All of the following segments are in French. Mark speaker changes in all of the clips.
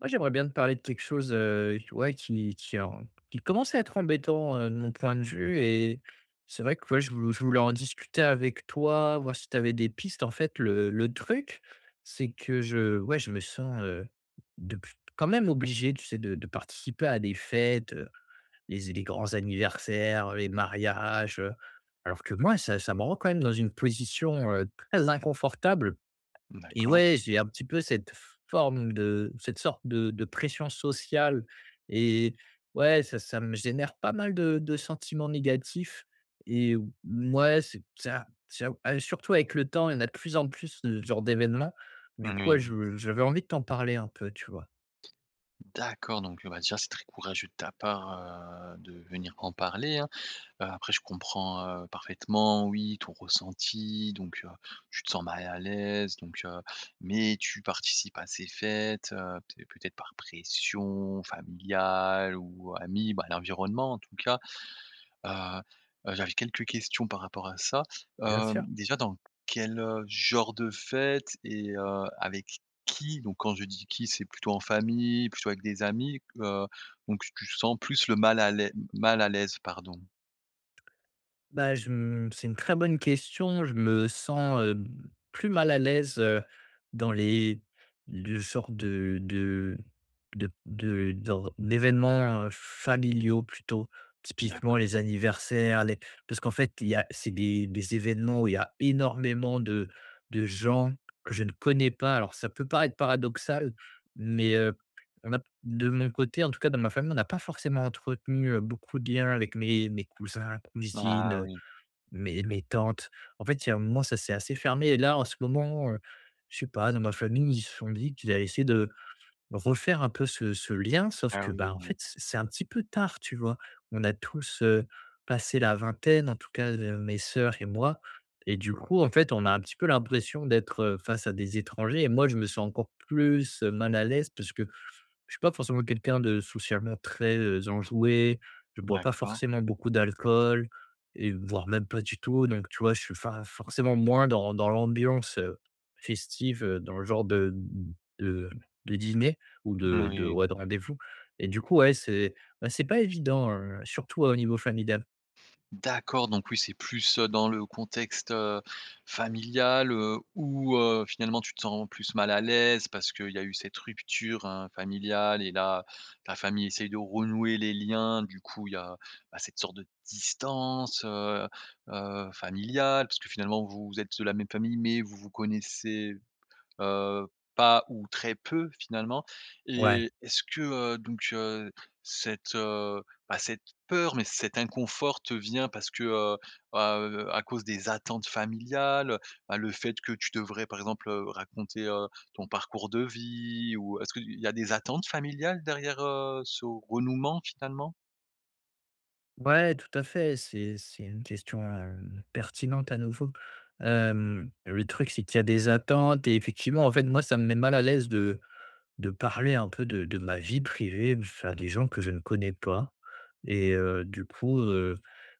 Speaker 1: Moi, j'aimerais bien te parler de quelque chose, ouais, qui commence à être embêtant, de mon point de vue. Et c'est vrai que, ouais, je voulais en discuter avec toi, voir si tu avais des pistes. En fait, le truc, c'est que je ouais, je me sens, de plus quand même obligé, tu sais, de participer à des fêtes, les grands anniversaires, les mariages, alors que moi, ça me rend quand même dans une position, très inconfortable. Et
Speaker 2: D'accord.
Speaker 1: ouais, j'ai un petit peu cette forme de cette sorte de pression sociale et ouais, ça me génère pas mal de sentiments négatifs et ou c'est ça ça ah, surtout avec le temps, il y en a de plus en plus de ce genre d'événements. Du coup, ouais,
Speaker 2: Oui,
Speaker 1: je j'avais envie de t'en parler un peu, tu vois?
Speaker 2: d'accord, donc bah, déjà, c'est très courageux de ta part, de venir en parler, hein. Après, je comprends, parfaitement, oui, ton ressenti, donc tu te sens mal à l'aise, mais tu participes à ces fêtes, peut peut-être par pression familiale ou amie, bah, l'environnement, en tout cas. Heu J'avais quelques questions par rapport à ça.
Speaker 1: Bien sûr.
Speaker 2: Hem, déjà dans quel genre de fête et avec qui? Donc quand je dis qui, c'est plutôt en famille, plutôt avec des amis, donc tu sens plus le mal à l'ai mal à l'aise, pardon.
Speaker 1: Bah, je m c'est une très bonne question. Je me sens, plus mal à l'aise, dans les le genre de d'or d'événements, familiaux plutôt. Typiquement
Speaker 2: D'acc
Speaker 1: les anniversaires, les parce qu'en fait, il y a c'est des événements où il y a énormément de gens que je ne connais pas. Alors ça peut paraître paradoxal, mais, on a de mon côté, en tout cas dans ma famille, on n'a pas forcément entretenu, beaucoup de liens avec mes cousins,
Speaker 2: ah
Speaker 1: cousines,
Speaker 2: oui,
Speaker 1: mes tantes. En fait, il y a un moment, ça s'est assez fermé et là, en ce moment, je sais pas, dans ma famille, ils se sont dit qu'ils allaient essayer de refaire un peu ce lien, sauf
Speaker 2: ah
Speaker 1: que,
Speaker 2: oui,
Speaker 1: bah, en
Speaker 2: oui.
Speaker 1: fait, c'est un petit peu tard, tu vois? On a tous, passé la vingtaine, en tout cas, mes sœurs et moi. Et du coup, en fait, on a un petit peu l'impression d'être, face à des étrangers, et moi, je me sens encore plus, mal à l'aise parce que je suis pas forcément quelqu'un de socialement très, enjoué, je bois pas
Speaker 2: D'accord.
Speaker 1: forcément beaucoup d'alcool et voire même pas du tout, donc tu vois? Je suis fa forcément moins dans l'ambiance, festive, dans le genre de de dîner ou de
Speaker 2: Oui.
Speaker 1: ouais, de rendez-vous. Et du coup, ouais, c'est bah, c'est pas évident, surtout au niveau familial.
Speaker 2: D'accord, donc oui, c'est plus, dans le contexte, familial, où, finalement tu te sens plus mal à l'aise parce qu'il y a eu cette rupture, hein, familiale et là, ta famille essaye de renouer les liens. Du coup, il y a, bah, cette sorte de distance, familiale, parce que finalement vous êtes de la même famille, mais vous vous connaissez Heu, pas ou très peu finalement
Speaker 1: Ouais.
Speaker 2: et est-ce que, cette, bah, cette peur, mais cet inconfort te vient parce que, bah, à cause des attentes familiales, bah, le fait que tu devrais par exemple, raconter, ton parcours de vie ou est-ce qu'il y a des attentes familiales derrière, ce renouement finalement?
Speaker 1: Ouais, tout à fait, c'est une question, pertinente à nouveau. Le truc, c'est qu'il y a des attentes et effectivement, en fait, moi, ça me met mal à l'aise de parler un peu de ma vie privée à des gens que je ne connais pas. Et du coup,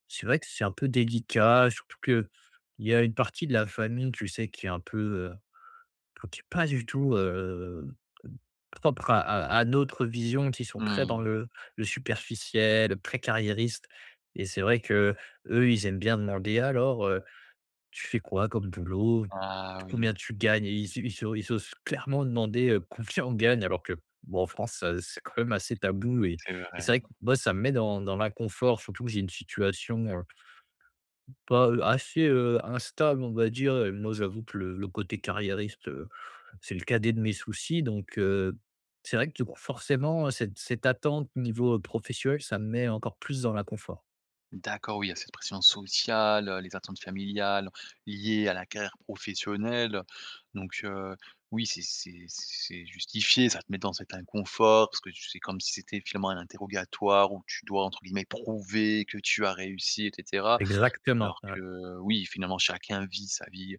Speaker 1: c'est vrai que c'est un peu délicat, surtout que il y a une partie de la famille, tu sais, qui est un peu, enfin, qui est pas du tout, propre à notre vision, qui sont très dans
Speaker 2: Oui.
Speaker 1: le superficiel, très carriériste. Et c'est vrai que eux ils aiment bien demander: «Alors, tu fais quoi comme boulot?
Speaker 2: Ah oui,
Speaker 1: Combien tu gagnes?» Et ils s'osent clairement demander, combien on gagne, alors que, bon, en France, c'est quand même assez tabou. et
Speaker 2: c'est
Speaker 1: et
Speaker 2: vrai.
Speaker 1: c'est vrai que moi, ça me met dans l'inconfort, surtout que j'ai une situation, pas, assez, instable, on va dire. Et moi, j'avoue que le côté carriériste, c'est le cadet de mes soucis, donc c'est vrai que du coup, forcément, cette attente au niveau professionnel, ça me met encore plus dans l'inconfort.
Speaker 2: D'accord, oui, il y a cette pression sociale, les attentes familiales liées à la carrière professionnelle. Donc, oui, c'est justifié, ça te met dans cet inconfort parce que tu c'est comme si c'était finalement un interrogatoire où tu dois entre guillemets «prouver que tu as réussi» etc.
Speaker 1: Exactement,
Speaker 2: Alors
Speaker 1: voilà.
Speaker 2: que oui, finalement, chacun vit sa vie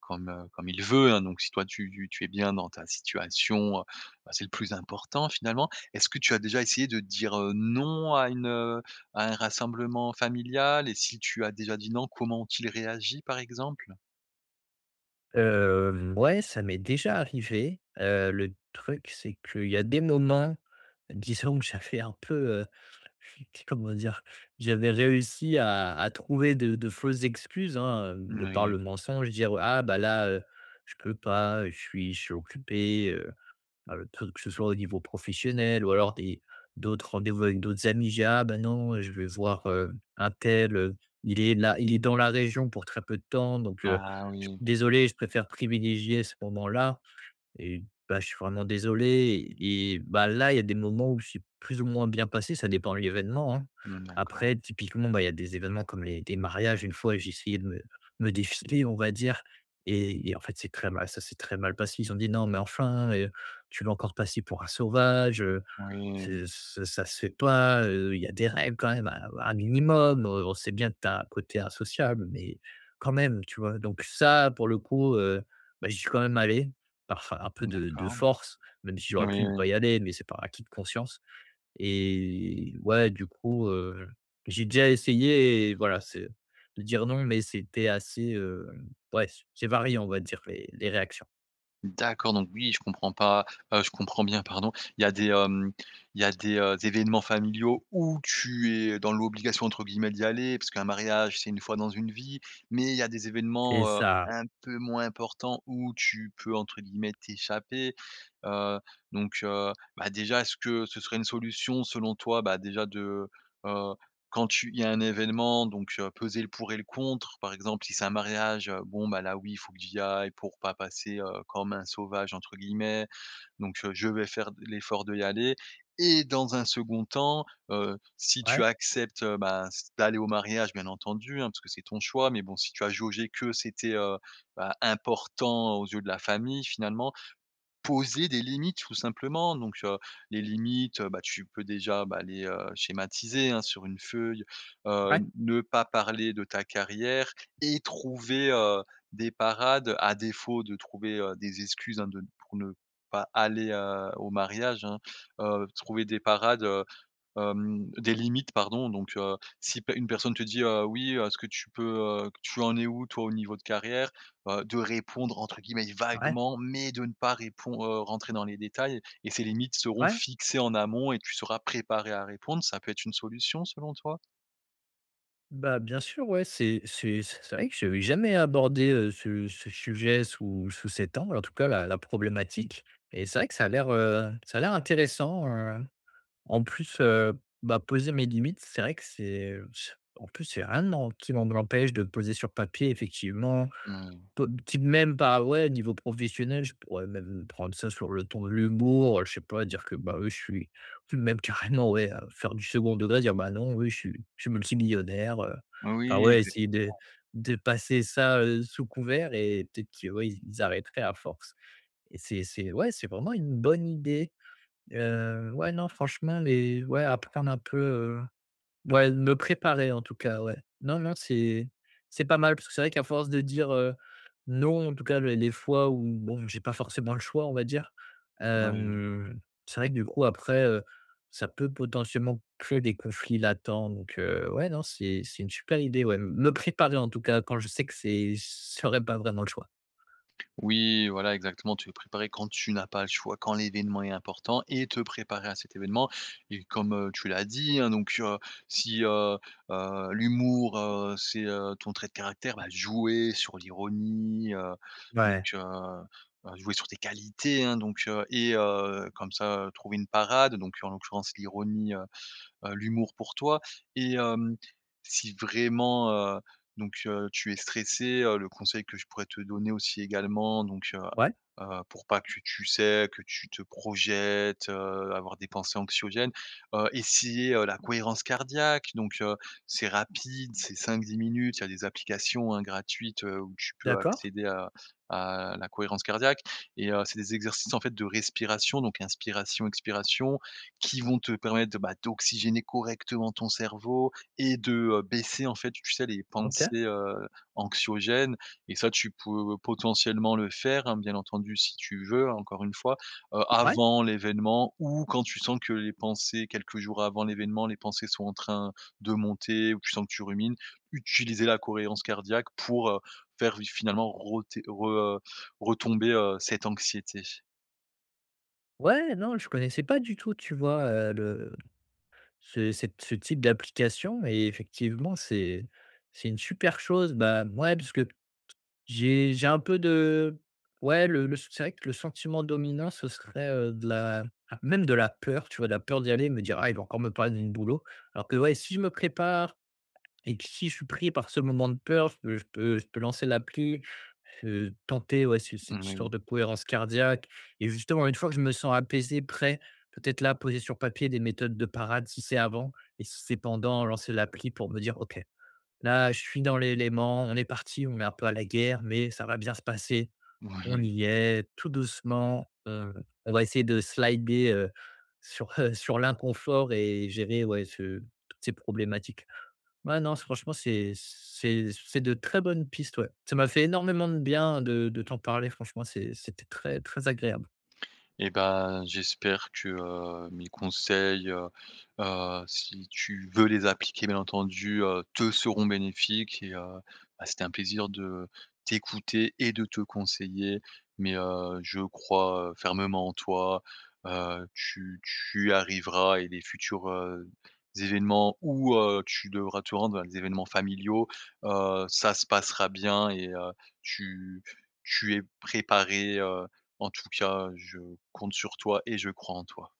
Speaker 2: comme, comme il veut, hein, donc si toi tu es bien dans ta situation, bah, c'est le plus important finalement. Est-ce que tu as déjà essayé de dire, non à une, à un rassemblement familial et si tu as déjà dit non, comment ont-ils réagi par exemple?
Speaker 1: Ouais, ça m'est déjà arrivé. Le truc, c'est qu'il y a des moments, disons que j'avais un peu, comment dire? J'avais réussi à trouver de fausses excuses, hein, de par le
Speaker 2: Oui,
Speaker 1: mensonge, dire: «Ah bah là, je peux pas, je suis occupé», que ce soit au niveau professionnel ou alors des d'autres rendez-vous avec d'autres amis. J'ai: «Ah bah non, je vais voir, un tel, il est dans la région pour très peu de temps, donc,
Speaker 2: ah
Speaker 1: j
Speaker 2: oui.
Speaker 1: désolé, je préfère privilégier ce moment-là». Et bah, je suis vraiment désolé. Et bah, là, il y a des moments où c'est plus ou moins bien passé, ça dépend de l'événement, hein.
Speaker 2: Mmh, d'accord.
Speaker 1: Après typiquement, bah, il y a des événements comme les des mariages. Une fois, j'ai essayé de me défiler, on va dire, et en fait, c'est très mal ça s'est très mal passé. Ils ont dit: «Non mais enfin, tu vas encore passer pour un sauvage,
Speaker 2: Oui,
Speaker 1: c'est ça ça se fait pas, il y a des règles quand même, un minimum, on sait bien que tu as un côté insociable, mais quand même», tu vois? Donc ça, pour le coup, bah, j'y suis quand même allé. Par Enfin, un peu
Speaker 2: mmh,
Speaker 1: de
Speaker 2: d'accord.
Speaker 1: force, même si j'aurais pu
Speaker 2: Oui.
Speaker 1: ne pas y aller, mais c'est par acquis de conscience. Et ouais, du coup, j'ai déjà essayé, et voilà, c'est de dire non, mais c'était assez, ouais, c'est varié, on va dire, les réactions.
Speaker 2: D'accord, donc oui, je comprends pas, je comprends bien, pardon. Il y a des, hem, il y a des, événements familiaux où tu es dans «l'obligation» entre guillemets d'y aller, parce qu'un mariage, c'est une fois dans une vie, mais il y a des
Speaker 1: C'est
Speaker 2: événements,
Speaker 1: ça.
Speaker 2: un peu moins importants où tu peux entre guillemets «t'échapper». Heu, donc, bah, déjà, est-ce que ce serait une solution selon toi, bah, déjà de, heu quand tu il y a un événement, peser le pour et le contre. Par exemple, si c'est un mariage, bon, bah, là, oui, il faut que j'y aille pour pas passer, «comme un sauvage» entre guillemets. Je vais faire l'effort de y aller et dans un second temps, si tu
Speaker 1: Ouais,
Speaker 2: acceptes, bah, s d'aller au mariage, bien entendu, hein, parce que c'est ton choix, mais bon, si tu as jaugé que c'était, bah, important aux yeux de la famille, finalement, poser des limites tout simplement. Donc, les limites, bah, tu peux déjà, bah, les, schématiser, hein, sur une feuille,
Speaker 1: ouais,
Speaker 2: ne pas parler de ta carrière et trouver, des parades à défaut de trouver, des excuses, hein, de pour ne pas aller, au mariage, hein, trouver des parades, hem, des limites pardon si pe une personne te dit, «Oui, est-ce que tu peux, tu en es où toi au niveau de carrière?» De répondre entre guillemets
Speaker 1: ouais,
Speaker 2: «vaguement» mais de ne pas répon rentrer dans les détails et ces limites seront
Speaker 1: ouais.
Speaker 2: fixées en amont et tu seras préparé à répondre. Ça peut être une solution selon toi?
Speaker 1: Bah, bien sûr, ouais, c'est vrai que j'avais jamais abordé, ce sujet sous cet angle, en tout cas la problématique. Et c'est vrai que ça a l'air intéressant. En plus, bah, poser mes limites, c'est vrai que c'est, en plus, c'est rien non qui m'en empêche de poser sur papier effectivement.
Speaker 2: Oui.
Speaker 1: Peu petit même par ouais, niveau professionnel, je pourrais même prendre ça sur le ton de l'humour, je sais pas, dire que, bah, oui, je suis même carrément, ouais, faire du second degré, dire: «Bah, non, oui, je suis multimillionnaire», enfin,
Speaker 2: Oui,
Speaker 1: ouais,
Speaker 2: exact.
Speaker 1: essayer de passer ça, sous couvert, et peut-être que, ouais, ils arrêteraient à force. Et c'est ouais, c'est vraiment une bonne idée. Ouais, non, franchement, les ouais, apprendre un peu, ouais, me préparer en tout cas, ouais. Non, non, c'est pas mal parce que c'est vrai qu'à force de dire, non, en tout cas les fois où bon, j'ai pas forcément le choix, on va dire.
Speaker 2: Oui.
Speaker 1: hem, c'est vrai que du coup, après, ça peut potentiellement créer des conflits latents, donc ouais, non, c'est une super idée, ouais. Me préparer en tout cas quand je sais que c'est serait pas vraiment le choix.
Speaker 2: Oui, voilà, exactement. Tu es préparé quand tu n'as pas le choix, quand l'événement est important et te préparer à cet événement. Et comme, tu l'as dit, hein, Si l'humour, c'est, ton trait de caractère, bah, jouer sur l'ironie,
Speaker 1: Ouais.
Speaker 2: donc heu jouer sur tes qualités, hein, comme ça, trouver une parade, donc en l'occurrence l'ironie, l'humour pour toi et hem, si vraiment, heu, tu es stressé le conseil que je pourrais te donner aussi également
Speaker 1: Ouais,
Speaker 2: pour pas que tu sais, que tu te projettes, avoir des pensées anxiogènes, essayer, la cohérence cardiaque c'est rapide, c'est 5 à 10 minutes, il y a des applications, hein, gratuites, où tu peux
Speaker 1: d'accord,
Speaker 2: accéder à la cohérence cardiaque et c'est des exercices en fait de respiration donc inspiration, expiration qui vont te permettre de, bah, d'oxygéner correctement ton cerveau et de, baisser en fait, tu sais les pensées,
Speaker 1: OK.
Speaker 2: anxiogènes et ça tu peux potentiellement le faire, hein, bien entendu si tu veux, hein, encore une fois,
Speaker 1: Ouais.
Speaker 2: avant l'événement ou quand tu sens que les pensées quelques jours avant l'événement, les pensées sont en train de monter ou tu sens que tu rumines, utiliser la cohérence cardiaque pour, faire finalement roter re retomber, cette anxiété.
Speaker 1: Ouais, non, je connaissais pas du tout, tu vois, le ce cette ce type d'application. Et effectivement, c'est une super chose. Bah, ouais, parce que j'ai un peu de ouais, le c'est vrai que le sentiment dominant, ce serait, même de la peur, tu vois? De la peur d'y aller, me dire: «Ah, il va encore me parler de boulot». Alors que ouais, si je me prépare, et que si je suis pris par ce moment de peur, je peux lancer la pluie, tenter ouais, ce cette histoire
Speaker 2: Moui,
Speaker 1: de cohérence cardiaque. Et justement, une fois que je me sens apaisé, prêt, peut-être là, poser sur papier des méthodes de parade si c'est avant, et si c'est pendant, lancer l'appli pour me dire: «OK». Là, je suis dans l'élément, on est parti, on est un peu à la guerre, mais ça va bien se passer. On
Speaker 2: oui.
Speaker 1: y est, tout doucement. On va essayer de slider, sur, sur l'inconfort et gérer, ouais, ce toutes ces problématiques. Ouais, non, franchement, c'est de très bonnes pistes, ouais. Ça m'a fait énormément de bien de t'en parler, franchement, c'était très, très agréable.
Speaker 2: Eh ben, j'espère que, mes conseils, si tu veux les appliquer, bien entendu, te seront bénéfiques et bah, c'était un plaisir de t'écouter et de te conseiller. Mais, je crois, fermement en toi, tu tu y arriveras et les futurs, événements où, tu devras te rendre, hein, les événements familiaux, ça se passera bien et tu tu es préparé. En tout cas, je compte sur toi et je crois en toi.